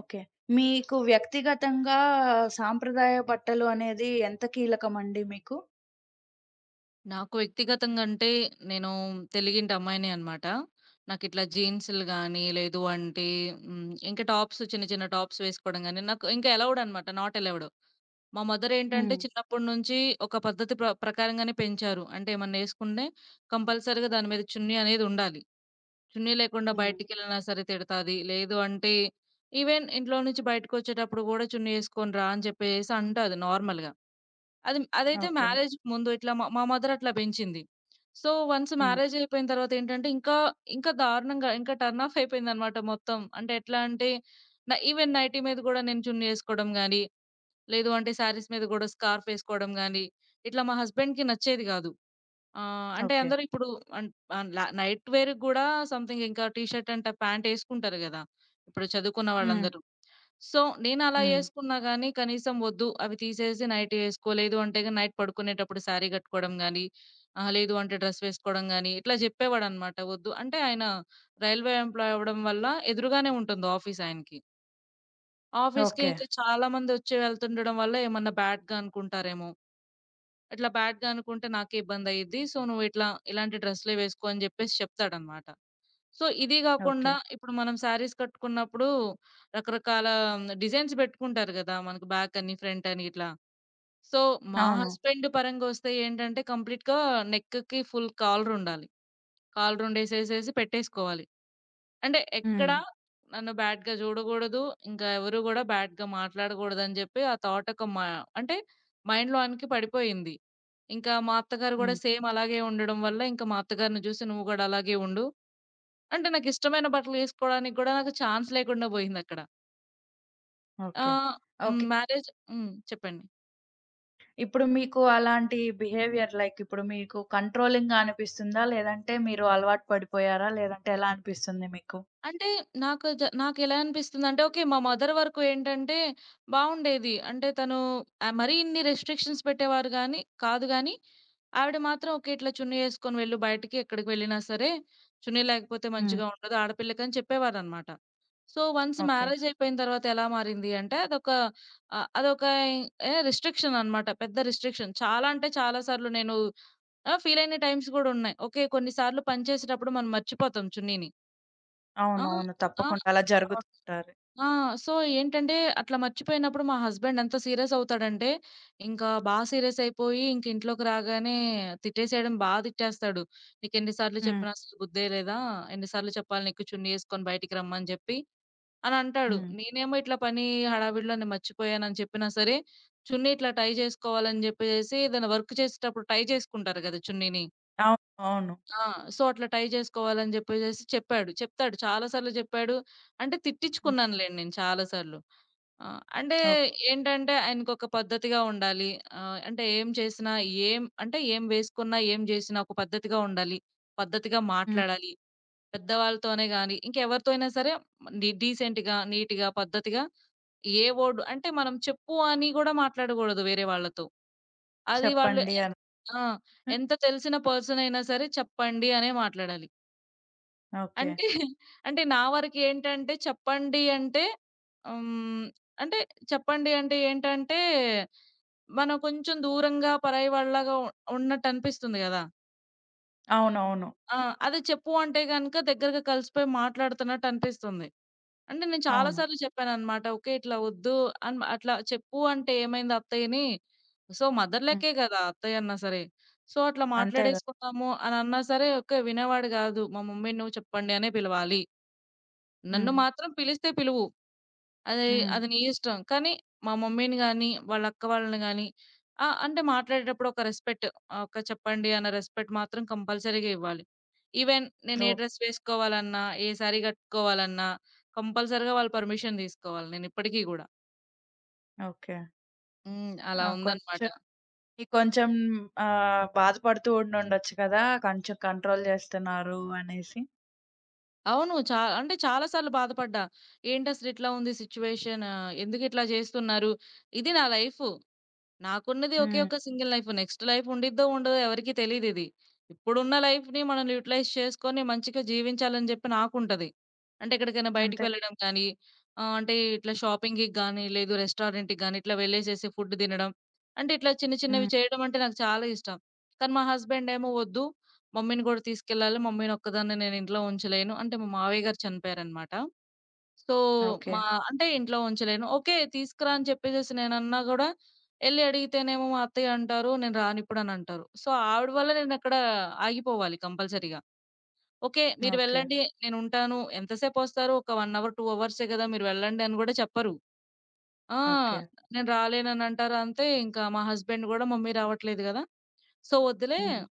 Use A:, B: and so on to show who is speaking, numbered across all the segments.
A: Okay. మీకు వ్యక్తిగతంగా సాంప్రదాయ బట్టలు అనేది ఎంత కీలకమండి మీకు?
B: నాకు వ్యక్తిగతంగా అంటే, నేను తెలుగింటి అమ్మాయినే అనమాట. నాకిట్లా జీన్స్‌లు గానీ, లేదు అంటే ఇంకా టాప్స్ చిన్న చిన్న టాప్స్ వేసుకోవడం గానీ, నాకు ఇంకా అలౌడ్ అనమాట. Not allowed. మా మదర్ ఏంటంటే,
A: హ్మ్.
B: చిన్నప్పటి నుంచి ఒక పద్ధతి ప్రకారంగానే పెంచారు. అంటే ఏమన్నా ఏసుకుంటే కంపల్సరీగా దాని మీద చున్నీ అనేది ఉండాలి. చున్నీ లేకుండా
A: హ్మ్.
B: బయటికెళ్ళినా సరే తిడతాది. లేదు అంటే ఈవెన్ ఇంట్లో నుంచి బయటకొచ్చేటప్పుడు గూడా చున్నీ ఏసుకొని రా అని చెప్పేసి అంటాది నార్మల్‌గా. అది అదైతే
A: ఓకే.
B: మ్యారేజ్‌కి ముందు ఇట్లా మా మా మదర్ అట్లా పెంచింది. సో, వన్స్
A: హ్మ్.
B: మ్యారేజ్ అయిపోయిన తర్వాత ఏంటంటే ఇంకా, ఇంకా దారుణంగా ఇంకా టర్న్ ఆఫ్ అయిపోయిందనమాట మొత్తం. అంటే ఎట్లా అంటే ఈవెన్ నైటీ మీద గూడా నేను చున్నీ ఏసుకోవడం గాని, లేదు అంటే శారీస్ మీద గూడా స్కార్ఫ్ ఏసుకోవడం గాని, ఇట్లా మా హస్బెండ్‌కి నచ్చేది గాదు. అంటే
A: ఓకే.
B: అందరూ ఇప్పుడు అన్ ఆన్ ల నైట్ వేర్‌కి గూడా సంథింగ్ ఇంకా టీ షర్ట్ అంట, ప్యాంట్ ఏసుకుంటారు గదా! ఇప్పుడు చదువుకున్న
A: హ్మ్.
B: వాళ్ళందరూ. సో, నేనలా
A: హ్మ్.
B: యేసుకున్నా గానీ, కనీసం వద్దు అవి తీసేసి నైట్ యేసుకో, లేదు అంటే నైట్ పడుకునేటప్పుడు శారీ గట్టుకోవడం గానీ, లేదు అంటే డ్రెస్ వేసుకోవడం గానీ, ఇట్లా జెప్పేవాడనమాట వద్దు. అంటే ఆయన రైల్వే ఎంప్లాయ్ అవ్వడం వల్ల ఎదురుగానే ఉంటుంది ఆఫీస్ ఆయనకి. ఆఫీస్‌కి
A: ఓకే.
B: ఇంకా చాలా మందొచ్చి వెళ్తుండడం వల్ల ఏమన్నా బ్యాడ్‌గా అనుకుంటారేమో! ఇట్లా బ్యాడ్‌గా అనుకుంటే నాకే ఇబ్బందయిద్ది. సో, నువ్వు ఇట్లా ఇలాంటి డ్రెస్‌లే వేసుకో అని జెప్పేసి చెప్తాడనమాట. సో, ఇది
A: ఓకే.
B: గాకుండా ఇప్పుడు మనం శారీస్ కట్టుకున్నప్పుడు రకరకాల డిజైన్స్ బెట్టుకుంటారు గదా! మనకు బ్యాకని, ఫ్రంటని ఇట్లా. సో, మా
A: అవును.
B: హస్బెండ్ పరంగా ఒస్తే ఏంటంటే కంప్లీట్‌గా నెక్‌కి ఫుల్ కాలరుండాలి. కాలరుండేసేసేసి పెట్టేసుకోవాలి. అంటే
A: హ్మ్.
B: ఎక్కడ నన్ను బ్యాడ్‌గా జూడగూడదు. ఇంకా ఎవరు గూడా బ్యాడ్‌గా మాట్లాడగూడదని జెప్పి ఆ థాట్ ఒక మా అంటే మైండ్‌లోనికి పడిపోయింది. ఇంకా మా అత్తగారు గూడా
A: హ్మ్.
B: సేమ్ అలాగే ఉండడం వల్ల ఇంకా మా అత్తగారిని జూసి "నువ్వు గూడా అలాగే ఉండు" అంటే నాకిష్టమైన బట్టలేసుకోవడానికి గూడా నాకు ఛాన్స్ లేకుండా బోయిందక్కడ.
A: ఓకే.
B: ఆహ్, హ్మ్.
A: ఓకే.
B: మ్యారేజ్ హ్మ్. చెప్పండి.
A: ఇప్పుడు మీకు అలాంటి బిహేవియర్ లైక్ ఇప్పుడు మీకు కంట్రోలింగ్‌గా అనిపిస్తుందా? లేదంటే మీరు అలవాటు పడిపోయారా? లేదంటే ఎలా అనిపిస్తుంది మీకు?
B: అంటే నాకు జ నాకెలా అనిపిస్తుందంటే, ఓకే. మా మదర్ వరకు ఏంటంటే బావుండేది. అంటే తను మరీ ఇన్ని రెస్ట్రిక్షన్స్ పెట్టేవారు గాని కాదు గానీ, ఆవిడ మాత్రం ఓకే. ఇట్లా చున్నీ యేసుకొని వెళ్ళు బయటికి ఎక్కడికి వెళ్ళినా సరే, చున్నీ లేకపోతే
A: హ్మ్.
B: మంచిగా ఉండదు ఆడపిల్లకని చెప్పేవారనమాట. So, once
A: okay.
B: మ్యారేజ్ అయిపోయిన తర్వాత ఎలా మారింది అంటే, అదొక అదొక ఏ రిస్ట్రిక్షన్ అనమాట. పెద్ద రిస్ట్రిక్షన్. చాలా అంటే చాలా సార్లు నేను ఫీల్ అయిన టైమ్స్ గూడా ఉన్నాయి. ఓకే. కొన్ని సార్లు పని చేసేటప్పుడు మనం మర్చిపోతాం చున్నీని. ఆ!
A: అవునవును.
B: ఆ!
A: తప్పకుండా అలా
B: అవును.
A: జరుగుతుంటారు.
B: ఆ! సో, ఏంటంటే అట్లా మర్చిపోయినప్పుడు మా హస్బెండ్ ఎంత సీరియస్ అవుతాడంటే, ఇంకా సీరియస్ అయిపోయి ఇంక ఇంట్లోకి రాగానే తిట్టేసేయడం తిట్టేస్తాడు. "నీకెన్ని సార్లు
A: హ్మ్.
B: చెప్పినా అసలు బుద్దే లేదా? ఎన్ని సార్లు చెప్పాలి నీకు చున్నీ యేసుకొని బయటికి రమ్మని చెప్పి" అని
A: హ్మ్.
B: అంటాడు.
A: హ్మ్.
B: నేనేమో ఇట్లా పని హడావిడిలో నేను మర్చిపోయానని చెప్పినా సరే, చున్నీ ఇట్లా టై చేసుకోవాలని చెప్పేసేసి ఏదైనా వర్క్ చేసేటప్పుడు టై చేసుకుంటారు గదా! చున్నీని.
A: అవును. అవును.
B: ఆ! సో, అట్లా టై జేసుకోవాలని జెప్పేసేసి చెప్పాడు. చెప్తాడు చాలా సార్లు జెప్పాడు. అంటే
A: హ్మ్.
B: తిట్టించుకున్నానులెండి నేను చాలా సార్లు. ఆ! అంటే
A: ఓకే.
B: ఏంటంటే ఆయనకొక పద్ధతిగా ఉండాలి. అంటే ఏం చేసినా, ఏం అంటే ఏం వేసుకున్నా, ఏం జేసినా ఒక పద్ధతిగా ఉండాలి. పద్ధతిగా
A: హ్మ్.
B: మాట్లాడాలి. పెద్దవాళ్ళతోనే గాని, ఇంకెవరితో అయినా సరే డీసెంట్‌గా, నీట్‌గా, పద్ధతిగా ఏ వర్డ్ అంటే మనం చెప్పు అని గూడా మాట్లాడగూడదు వేరే వాళ్ళతో. అది వాళ్ళు
A: చెప్పండి అని.
B: ఆ! ఎంత తెలిసిన పర్సన్ అయినా సరే చెప్పండి అనే మాట్లాడాలి.
A: ఓకే.
B: అంటే, అంటే నా వరకేంటంటే చెప్పండి అంటే హ్మ్. అంటే చెప్పండి అంటే ఏంటంటే, మనం కొంచెం దూరంగా పరాయి వాళ్ళలాగా ఉన్నట్టనిపిస్తుంది గదా!
A: అవునవును.
B: ఆ! అదే చెప్పు అంటే గనక దగ్గరగా కలిసిపోయి మాట్లాడుతున్నట్టనిపిస్తుంది. అంటే నేను చాలా
A: అవును.
B: సార్లు చెప్పాననమాట. "ఓకే. ఇట్లా వద్దు" అట్లా చెప్పు అంటే ఏమైంది అత్తయ్యని సో, మదర్
A: హ్మ్.
B: లెక్కే గదా! అత్తయ్యన్నా సరే. సో, అట్లా
A: అంతే గదా!
B: మాట్లాడేసుకున్నాము అనన్నా సరే, ఓకే. వినేవాడు గాదు. "మా మమ్మీని నువ్వు చెప్పండి అనే పిలవాలి." నన్ను
A: హ్మ్.
B: మాత్రం పిలిస్తే పిలువు. అది
A: హ్మ్.
B: అది నీ ఇష్టం. కానీ మా మమ్మీని గాని, వాళ్ళ అక్క వాళ్ళని గాని అంటే మాట్లాడేటప్పుడు ఒక రెస్పెక్ట్ ఒక చెప్పండి అన్న రెస్పెక్ట్ మాత్రం కంపల్సరీగా ఇవ్వాలి. ఈవెన్ నేను ఏ
A: ఓహ్!
B: డ్రెస్ వేసుకోవాలన్నా, ఏ సారీ కట్టుకోవాలన్నా కంపల్సరీగా వాళ్ళు పర్మిషన్ తీసుకోవాలి నేనిప్పటికి గూడా.
A: ఓకే.
B: హ్మ్. అలా
A: ఆ!
B: ఉందనమాట.
A: కొంచెం మీకు కొంచెం బాధపడుతూ ఉండుండొచ్చు కదా! కొంచెం కంట్రోల్ చేస్తున్నారు అనేసి.
B: అవును. అంటే చాలా సార్లు బాధపడ్డా. ఏంటసలు ఇట్లా ఉంది సిట్యుయేషన్. ఎందుకిట్లా చేస్తున్నారు? ఇది నా లైఫు. నాకున్నది ఒకే
A: హ్మ్.
B: ఒక్క సింగిల్ లైఫ్. నెక్స్ట్ లైఫ్ ఉండిద్దో ఉండదో ఎవరికీ తెలీదిది. ఇప్పుడున్న లైఫ్‌ని మనం యుటిలైజ్ చేసుకొని మంచిగా జీవించాలని జెప్పి నాకుంటది. అంటే ఎక్కడికైనా బయటికి
A: అంతే.
B: వెళ్ళడం కానీ, అంటే ఇట్లా
A: హ్మ్.
B: షాపింగ్‌కి గానీ, లేదు రెస్టారెంట్‌కి గానీ, ఇట్లా వెళ్ళేసేసి ఫుడ్ తినడం. అంటే ఇట్లా చిన్న చిన్నవి
A: హ్మ్.
B: చేయడం అంటే నాకు చాలా ఇష్టం. కానీ మా హస్బెండ్ ఏమో వద్దు మమ్మీని గూడా తీసుకెళ్ళాలి. మమ్మీని ఒక్కదాన్నే నేను ఇంట్లో ఉంచలేను. అంటే మా మావయ్య గారు చనిపోయారనమాట. So,
A: okay.
B: మా అంటే ఇంట్లో ఉంచలేను. ఓకే. తీసుకురా అని చెప్పేసేసి నేనన్నా గూడా ఎళ్లి అడిగితేనేమో మా అత్తయ్య అంటారు, "నేను రానిప్పుడనంటారు." సో, ఆవిడ వల్ల నేనక్కడ ఆగిపోవాలి కంపల్సరీగా. ఓకే. మీరు
A: ఓకే.
B: వెళ్ళండి. నేనుంటాను. ఎంతసేపొస్తారు? ఒక 1 అవర్, 2 అవర్సే గదా! మీరు వెళ్ళండి అని గూడా చెప్పరు. ఆ!
A: ఓకే.
B: నేను రాలేననంటారు. అంతే ఇంకా మా హస్బెండ్ గూడా, "మమ్మీ రావట్లేదు గదా! సో, వద్దులే
A: హ్మ్.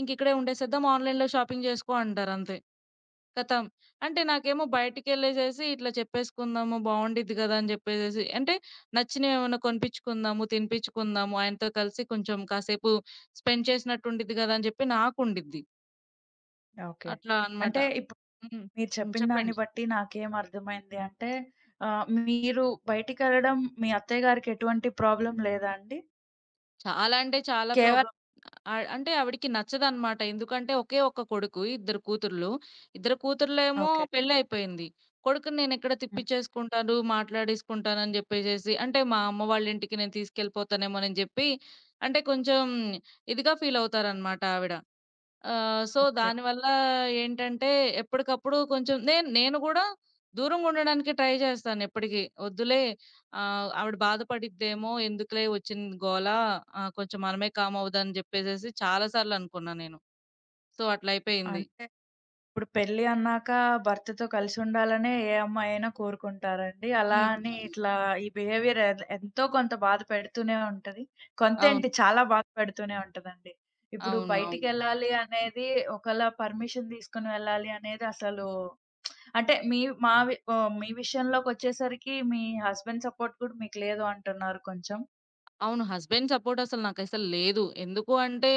B: ఇంకిక్కడే ఉండేసేద్దాం. ఆన్‌లైన్‌లో షాపింగ్ జేసుకో" అంటారంతే. ఖతం. అంటే నాకేమో బయటికెళ్ళేసేసి ఇట్లా చెప్పేసుకుందాము బావుండిద్ది గదా! అని జెప్పేసేసి అంటే నచ్చినవేమన్నా కొనిపించుకుందాము, తినిపించుకుందాము, ఆయనతో కలిసి కొంచెం కాసేపు స్పెండ్ చేసినట్టు ఉండిద్ది గదా! అని జెప్పి నాకుండిద్ది.
A: ఓకే.
B: అట్లా అన్నమాట.
A: అంటే ఇప్పుడు
B: హ్మ్.
A: మీరు
B: హ్మ్.
A: చెప్పిన దాన్ని
B: చెప్పండి.
A: బట్టి నాకేం అర్థమైంది అంటే మీరు బయటికెళ్ళడం మీ అత్తయ్య గారికి ఎటువంటి ప్రాబ్లమ్ లేదా అండి?
B: చాలా అంటే చాలా
A: కేవలం
B: ప్రాబ్లమ్. అంటే ఆవిడకి నచ్చదనమాట. ఎందుకంటే ఒకే ఒక్క కొడుకు, ఇద్దరు కూతుర్లు. ఇద్దరు కూతుర్లేమో
A: ఓకే.
B: పెళ్లయిపోయింది. కొడుకుని నేనెక్కడ
A: హ్మ్.
B: తిప్పిచ్చేసుకుంటాను, మాట్లాడేసుకుంటానని జెప్పేసేసి అంటే మా అమ్మ వాళ్ళ ఇంటికి నేను తీసుకెళ్ళిపోతానేమోనని జెప్పి అంటే కొంచెం ఇదిగా ఫీలవుతారనమాట ఆవిడ. So,
A: okay.
B: దానివల్ల ఏంటంటే ఎప్పటికప్పుడు కొంచెం నేను నేను గూడా దూరంగా ఉండడానికి ట్రై జేస్తాను ఎప్పటికి. వద్దులే ఆవిడ బాధపడిద్దేమో, ఎందుకులే వచ్చిన గోల కొంచెం మనమే కామ్ అవుదామని జెప్పేసేసి చాలా సార్లు అనుకున్నా నేను. సో, అట్లయిపోయింది.
A: అంతే. ఇప్పుడు పెళ్లి అన్నాక భర్తతో కలిసుండాలనే ఏ అమ్మాయైనా కోరుకుంటారండి. అలా
B: హ్మ్.
A: అని
B: అవును.
A: ఇట్లా ఈ బిహేవియర్ ఎంతో కొంత బాధ పెడుతూనే ఉంటది.
B: అవును.
A: కొంతేంటి చాలా బాధ పెడుతూనే ఉంటదండి. ఇప్పుడు
B: అవును. అవును.
A: బయటికెళ్ళాలి అనేది ఒకళ్ళ పర్మిషన్ తీసుకొని వెళ్ళాలి అనేది అసలు అంటే మీ మా వి మీ విషయంలోకొచ్చేసరికి మీ హస్బెండ్ సపోర్ట్ కూడా మీకు లేదు అంటున్నారు కొంచెం.
B: అవును. హస్బెండ్ సపోర్ట్ అసలు నాకసలు లేదు. ఎందుకు అంటే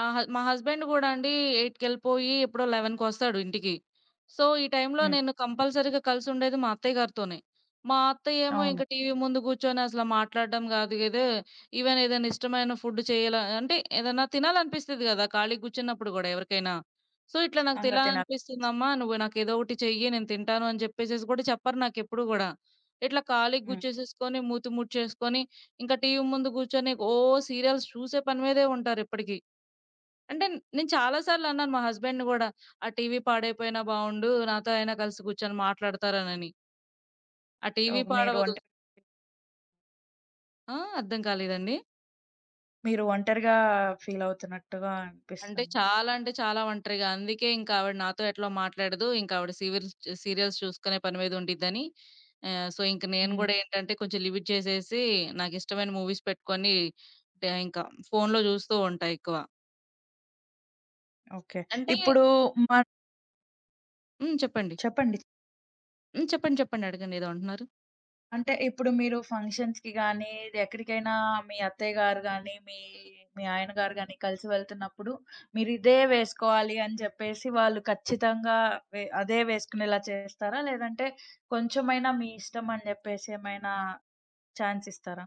B: మా హస్బెండ్ గూడా అండి 8కెళ్ళిపోయి ఎప్పుడో 11కొస్తాడు ఇంటికి. సో, ఈ టైంలో
A: హ్మ్.
B: నేను కంపల్సరీగా కలిసుండేది మా అత్తయ్య గారితోనే. మా అత్తయ్య ఏమో
A: అవును.
B: ఇంక టీవీ ముందు కూర్చొని అసలు మాట్లాడడం గాదు గీదు. ఈవెన్ ఏదైనా ఇష్టమైన ఫుడ్ చేయాల అంటే ఏదన్నా తినాలనిపిస్తది గదా! ఖాళీగా కూర్చున్నప్పుడు గూడా ఎవరికైనా. సో, ఇట్లా నాకు
A: ఖచ్చితంగా తినాలి.
B: తినాలనిపిస్తుందమ్మా నువ్వు నాకేదో ఒకటి చెయ్యి నేను తింటాను అని జెప్పేసేసి గూడా చెప్పరు నాకెప్పుడు గూడా. ఇట్లా ఖాళీగా
A: హ్మ్.
B: కూర్చేసేసుకొని మూతి ముడిచేసుకొని ఇంకా టీవీ ముందు కూర్చొని ఓ సీరియల్స్ చూసే పని మీదే ఉంటారిప్పటికి. అంటే నేను చాలా సార్లు అన్నాను మా హస్బెండ్‌ని గూడా, "ఆ టీవీ పాడైపోయినా బావుండు. నాతో అయినా కలిసి కూర్చొని మాట్లాడతారనని. ఆ టీవీ
A: ఓహ్!
B: పాడవదు." ఆ! అర్థం కాలేదండి.
A: మీరు ఒంటరిగా ఫీల్ అవుతున్నట్టుగా
B: అంటే
A: అనిపిస్తుంది.
B: చాలా అంటే చాలా ఒంటరిగా. అందుకే ఇంక ఆవిడ నాతో ఎట్లో మాట్లాడదు. ఇంక ఆవిడ సీరియల్స్ చూసుకునే పని మీద ఉండిద్దని. సో, ఇంక నేను
A: హ్మ్.
B: గూడా ఏంటంటే కొంచెం లిమిట్ చేసేసి నాకిష్టమైన మూవీస్ పెట్టుకొని ఇంకా ఫోనులో చూస్తూ ఉంటా ఎక్కువ.
A: ఓకే.
B: అంటే
A: ఇప్పుడు మ
B: హ్మ్. చెప్పండి.
A: చెప్పండి.
B: హ్మ్. చెప్పండి. చెప్పండి. అడగండి. ఏదో అంటున్నారు.
A: అంటే ఇప్పుడు మీరు ఫంక్షన్స్‌కి గానీ, ఎక్కడికైనా మీ అత్తయ్య గారు గానీ, మీ మీ ఆయన గారు గానీ కలిసి వెళ్తున్నప్పుడు మీరిదే వేసుకోవాలి అని చెప్పేసి వాళ్ళు ఖచ్చితంగా అదే వేసుకునేలా చేస్తారా? లేదంటే కొంచెమైనా మీ ఇష్టం అని జెప్పేసి ఏమైనా ఛాన్స్ ఇస్తారా?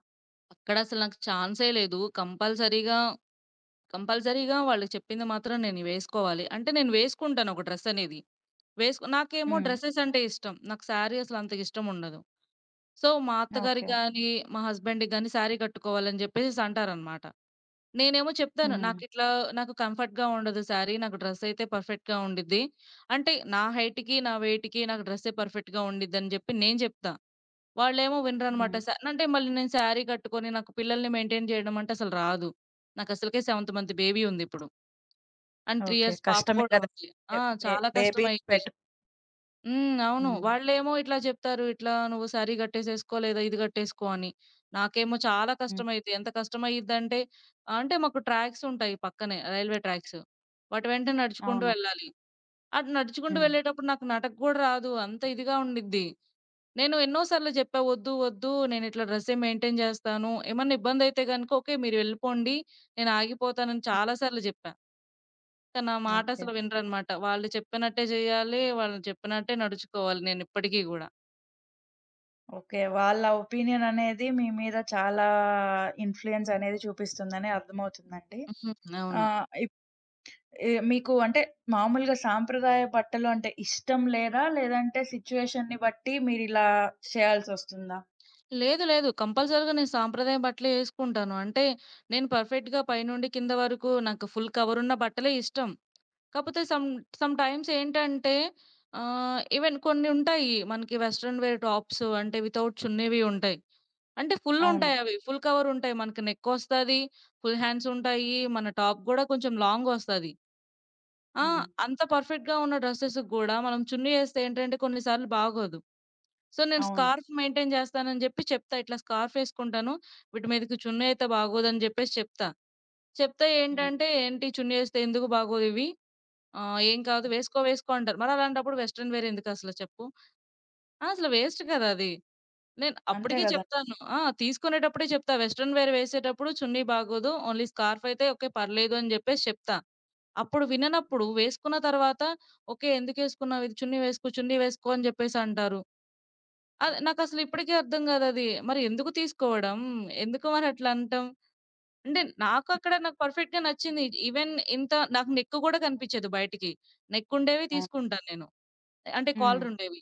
B: అక్కడసలు నాకు ఛాన్సే లేదు. కంపల్సరీగా, కంపల్సరీగా వాళ్ళు చెప్పింది మాత్రం నేను వేసుకోవాలి. అంటే నేను వేసుకుంటాను ఒక డ్రెస్ అనేది. నాకేమో
A: హ్మ్.
B: డ్రెసెస్ అంటే ఇష్టం. నాకు శారీ అసలు అంతగా ఇష్టం ఉండదు. సో, మా
A: ఓకే.
B: అత్తగారికి గాని, మా హస్బెండ్‌కి గాని శారీ కట్టుకోవాలని చెప్పేసేసి అంటారనమాట. నేనేమో చెప్తాను.
A: హ్మ్.
B: నాకిట్లా నాకు కంఫర్ట్‌గా ఉండదు శారీ. నాకు డ్రెస్ అయితే పర్ఫెక్ట్‌గా ఉండిద్ది. అంటే నా హైట్‌కి, నా వెయిట్‌కి నాకు డ్రెస్సే పర్ఫెక్ట్‌గా ఉండిద్దని చెప్పి నేను చెప్తా. వాళ్ళేమో వినరనమాట.
A: హ్మ్.
B: అంటే మళ్ళీ నేను శారీ కట్టుకొని నాకు పిల్లల్ని మెయింటైన్ చేయడం అంటే అసలు రాదు. నాకసలకే సెవెంత్ మంత్ బేబీ ఉందిప్పుడు. And 3
A: okay.
B: ఇయర్స్ పాప
A: కష్టమే
B: కూడా
A: కదా!
B: ఉంది.
A: బే
B: ఆ!
A: బే
B: చాలా
A: బేబీ
B: కష్టమైద్ది.
A: పెట్
B: హ్మ్. అవును.
A: హ్మ్.
B: వాళ్ళేమో ఇట్లా జెప్తారు. ఇట్లా "నువ్వు శారీ గట్టేసేసుకో లేదా ఇది గట్టేసుకో" అని. నాకేమో చాలా
A: హ్మ్.
B: కష్టమైద్ది. ఎంత కష్టమయ్యిద్దంటే అంటే అంటే మాకు ట్రాక్స్ ఉంటాయి పక్కనే రైల్వే ట్రాక్స్. వాటి వెంట నడుచుకుంటూ
A: అవును.
B: వెళ్ళాలి. అటు నడుచుకుంటూ
A: హ్మ్.
B: వెళ్ళేటప్పుడు నాకు నడక గూడా రాదు. అంత ఇదిగా ఉండిద్ది. నేను ఎన్నో సార్లు జెప్పా, "వద్దు, వద్దు నేనిట్లా డ్రెస్సే మెయింటైన్ జేస్తాను. ఏమన్నా ఇబ్బందయితే గనుక ఓకే. మీరు వెళ్ళిపోండి. నేను ఆగిపోతానని"
A: హ్మ్.
B: చాలా సార్లు జెప్పా. కానీ నా మాట
A: ఓకే.
B: అసలు వినరనమాట. వాళ్ళు చెప్పినట్టే జేయాలి. వాళ్ళు చెప్పినట్టే నడుచుకోవాలి నేనిప్పటికి గూడా.
A: ఓకే. వాళ్ళ ఒపీనియన్ అనేది మీ మీద చాలా ఇన్‌ఫ్లూయెన్స్ అనేది చూపిస్తుందని అర్థమవుతుందండి.
B: హ్మ్. అవును.
A: ఆహ్, ఇప్ ఎ మీకు అంటే మామూలుగా సాంప్రదాయ బట్టలు అంటే ఇష్టం లేదా? లేదంటే సిట్యుయేషన్‌ని బట్టి మీరిలా చేయాల్సొస్తుందా?
B: లేదు, లేదు. కంపల్సరీగా నేను సాంప్రదాయ బట్టలే యేసుకుంటాను. అంటే నేను పర్ఫెక్ట్‌గా పైనుండి కింద వరకు నాకు ఫుల్ కవరున్న బట్టలే ఇష్టం. కాపోతే సమ్ సమ్ టైమ్స్ ఏంటంటే ఈవెన్ కొన్ని ఉంటాయి. మనకి వెస్టర్న్ వేర్ టాప్స్ అంటే వితౌట్ చున్నీవి ఉంటాయి. అంటే ఫుల్
A: అవును.
B: ఉంటాయి అవి. ఫుల్ కవర్ ఉంటాయి. మనకి నెక్కొస్తది. ఫుల్ హ్యాండ్స్ ఉంటాయి. మన టాప్ గూడా కొంచెం లాంగొస్తది. ఆ!
A: హ్మ్.
B: అంత పర్ఫెక్ట్‌గా ఉన్న డ్రెసెస్‌కి గూడా మనం చున్నీ ఏస్తే ఏంటంటే కొన్ని సార్లు బాగోదు. సో, నేను
A: అవును.
B: స్కార్ఫ్ మెయింటైన్ జేస్తానని జెప్పి చెప్తా. ఇట్లా స్కార్ఫ్ ఏసుకుంటాను. వీటి మీదకి చున్నీ అయితే బాగోదని జెప్పేసి చెప్తా. చెప్తే
A: హ్మ్.
B: ఏంటంటే, "ఏంటి చున్నీ ఏస్తే ఎందుకు బాగోదివి? ఆ! "ఏం కాదు
A: హ్మ్.
B: వేసుకో, వేసుకో" అంటారు. మరలాంటప్పుడు వెస్టర్న్ వేర్ ఎందుకసల చెప్పు? ఆ! అసలు వేస్ట్ కదా అది. నేను
A: అంతే
B: అప్పటికి
A: గదా!
B: చెప్తాను. ఆ! తీసుకునేటప్పుడే చెప్తా. వెస్టర్న్ వేర్ వేసేటప్పుడు చున్నీ బాగోదు. ఓన్లీ స్కార్ఫ్ అయితే ఓకే పర్లేదు అని జెప్పేసి చెప్తా. అప్పుడు విననప్పుడు వేసుకున్న తర్వాత "ఓకే ఎందుకేసుకున్నావు ఇది? చున్నీ వేసుకో, చున్నీ వేసుకో" అని జెప్పేసి అంటారు. అది
A: హ్మ్.
B: నాకసలు ఇప్పటికి అర్థం గాదది. మరి ఎందుకు తీసుకోవడం? ఎందుకు మరి అట్లా అంటాం? అంటే నాకు అక్కడ నాకు పర్ఫెక్ట్‌గా నచ్చింది. ఈవెన్ ఇంత నాకు నెక్ గూడా కనిపిచ్చదు బయటికి. నెక్ ఉండేవి
A: అవును.
B: తీసుకుంటాను నేను. అంటే
A: హ్మ్.
B: కాలరుండేవి.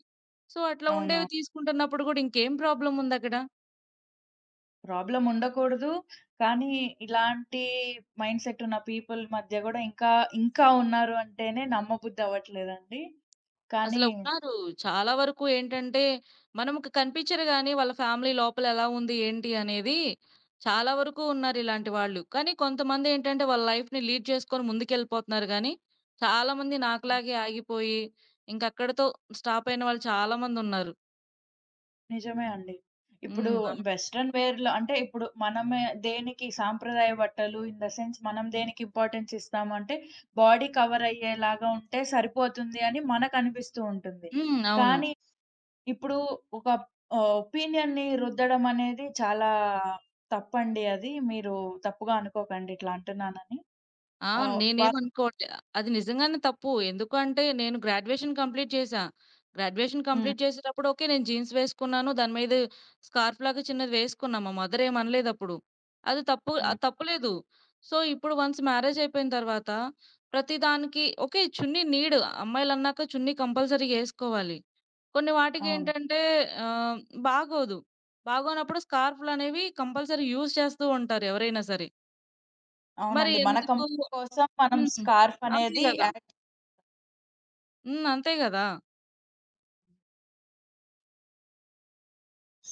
B: సో, అట్లా
A: అవును.
B: ఉండేవి తీసుకుంటున్నప్పుడు గూడా ఇంకేం ప్రాబ్లముందక్కడ?
A: ప్రాబ్లమ్ ఉండకూడదు. కానీ ఇలాంటి మైండ్ సెట్ ఉన్న పీపుల్ మధ్య గూడా ఇంకా, ఇంకా ఉన్నారు అంటేనే నమ్మబుద్ధి అవ్వట్లేదండి. కానీ
B: అసలు ఉన్నారు. చాలా వరకు ఏంటంటే, మనముకు కనిపించరు గానీ, వాళ్ళ ఫ్యామిలీ లోపల ఎలా ఉంది, ఏంటి అనేది చాలా వరకు ఉన్నారు ఇలాంటి వాళ్ళు. కానీ కొంతమందేంటంటే, వాళ్ళ లైఫ్‌ని లీడ్ చేసుకొని ముందుకెళ్ళిపోతున్నారు గానీ, చాలామంది నాకులాగే ఆగిపోయి, ఇంకక్కడితో స్టాప్ అయిన వాళ్ళు చాలా మందున్నారు.
A: నిజమే అండి. ఇప్పుడు
B: హ్మ్. అవును.
A: వెస్టర్న్ వేర్‌లో అంటే ఇప్పుడు మనమే దేనికి సాంప్రదాయ బట్టలు ఇన్ ద సెన్స్ మనం దేనికి ఇంపార్టెన్స్ ఇస్తాము అంటే బాడీ కవర్ అయ్యేలాగా ఉంటే సరిపోతుంది అని మనకనిపిస్తూ ఉంటుంది.
B: హ్మ్. అవును.
A: కానీ ఇప్పుడు ఒక ఒపీనియన్‌ని రుద్దడం అనేది చాలా తప్పండి అది. మీరు తప్పుగా అనుకోకండి ఇట్లా అంటున్నానని.
B: ఆ!
A: ఆహ్, వ
B: నేనేమనుకోవట్లే. అది నిజంగానే తప్పు. ఎందుకు అంటే నేను గ్రాడ్యుయేషన్ కంప్లీట్ చేశా. Graduation
A: hmm.
B: కంప్లీట్ చేసేటప్పుడు ఓకే. నేను జీన్స్ వేసుకున్నాను. దాని మీద స్కార్ఫ్‌లాగా చిన్నది వేసుకున్నా. మా మదర్ ఏమనలేదప్పుడు. అది తప్పు
A: హ్మ్.
B: అది తప్పులేదు. సో, ఇప్పుడు వన్స్ మ్యారేజ్ అయిపోయిన తర్వాత ప్రతి దానికి ఓకే. చున్నీ నీడ్ అమ్మాయిలన్నాక చున్నీ కంపల్సరీగా ఏసుకోవాలి. కొన్ని
A: అవును.
B: వాటికేంటంటే ఆహ్, బాగోదు. బాగోనప్పుడు స్కార్ఫ్‌లనేవి కంపల్సరీ యూజ్ చేస్తూ ఉంటారు ఎవరైనా సరే. మరి
A: అవునండి. మన
B: ఎందుకు
A: కంఫర్ట్ కోసం మనం
B: హ్మ్.
A: స్కార్ఫ్
B: అంతే
A: అనేది
B: గదా!
A: యాడ్
B: హ్మ్. అంతే గదా!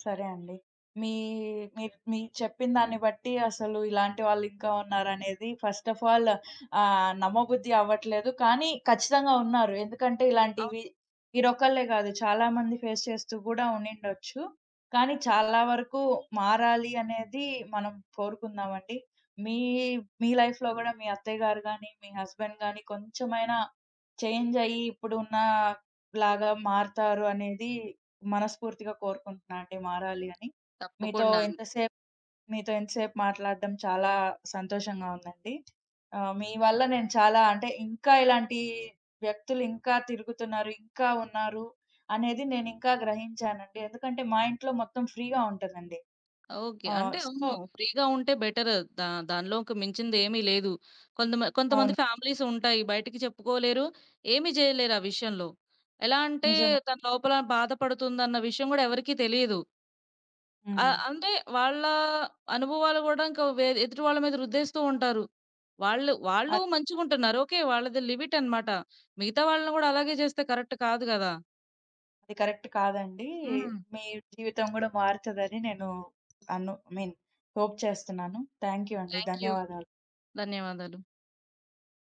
A: సరే అండి. మీ మీరు మీరు చెప్పిన దాన్ని బట్టి అసలు ఇలాంటి వాళ్ళింకా ఉన్నారనేది ఫస్ట్ ఆఫ్ ఆల్ నమ్మబుద్ధి అవ్వట్లేదు. కానీ ఖచ్చితంగా ఉన్నారు. ఎందుకంటే ఇలాంటివి
B: అవును.
A: మీరొకళ్ళే గాదు చాలా మంది ఫేస్ చేస్తూ గూడా ఉండిండొచ్చు. కానీ చాలా వరకు మారాలి అనేది మనం కోరుకుందామండి. మీ మీ లైఫ్‌లో గూడా మీ అత్తయ్య గారు గాని, మీ హస్బెండ్ గాని కొంచెమైనా చేంజ్ అయ్యి ఇప్పుడున్న లాగా మారతారు అనేది మనస్ఫూర్తిగా కోరుకుంటున్నా అండి మారాలి అని. మీతో
B: తప్పకుండాను.
A: ఇంతసేపు మీతో ఇంతసేపు మాట్లాడడం చాలా సంతోషంగా ఉందండి. మీ వల్ల నేను చాలా అంటే ఇంకా ఇలాంటి వ్యక్తులు ఇంకా తిరుగుతున్నారు, ఇంకా ఉన్నారు అనేది నేనింకా గ్రహించానండి. ఎందుకంటే మా ఇంట్లో మొత్తం ఫ్రీగా ఉంటదండి.
B: ఓకే.
A: ఆహ్,
B: అంటే
A: సో
B: అవును. ఫ్రీగా ఉంటే బెటర్. దానిలోకి మించిందేమీ లేదు. కొంతమంది
A: అవును.
B: ఫ్యామిలీస్ ఉంటాయి. బయటికి చెప్పుకోలేరు. ఏమి జేయలేరు ఆ విషయంలో. ఎలా అంటే
A: నిజమే.
B: తన లోపల బాధపడుతుందన్న విషయం గూడా ఎవరికీ తెలియదు. ఆ!
A: హ్మ్.
B: అంటే వాళ్ళ అనుభవాలు గూడా ఇంకా ఎదుటి వాళ్ళ మీద రుద్దేస్తూ ఉంటారు. వాళ్ళు వాళ్ళు
A: అద్
B: మంచిగుంటున్నారు. ఓకే. వాళ్ళది లిమిట్ అన్నమాట. మిగతా వాళ్ళని గూడా అలాగే జేస్తే కరెక్ట్ కాదు గదా!
A: అది కరెక్ట్ కాదండి.
B: హ్మ్.
A: మీ జీవితం గూడా మారుతదని నేను ఐ మీన్ హోప్ చేస్తున్నాను. థాంక్ యూ అండి.
B: Thank you.
A: ధన్యవాదాలు.
B: ధన్యవాదాలు.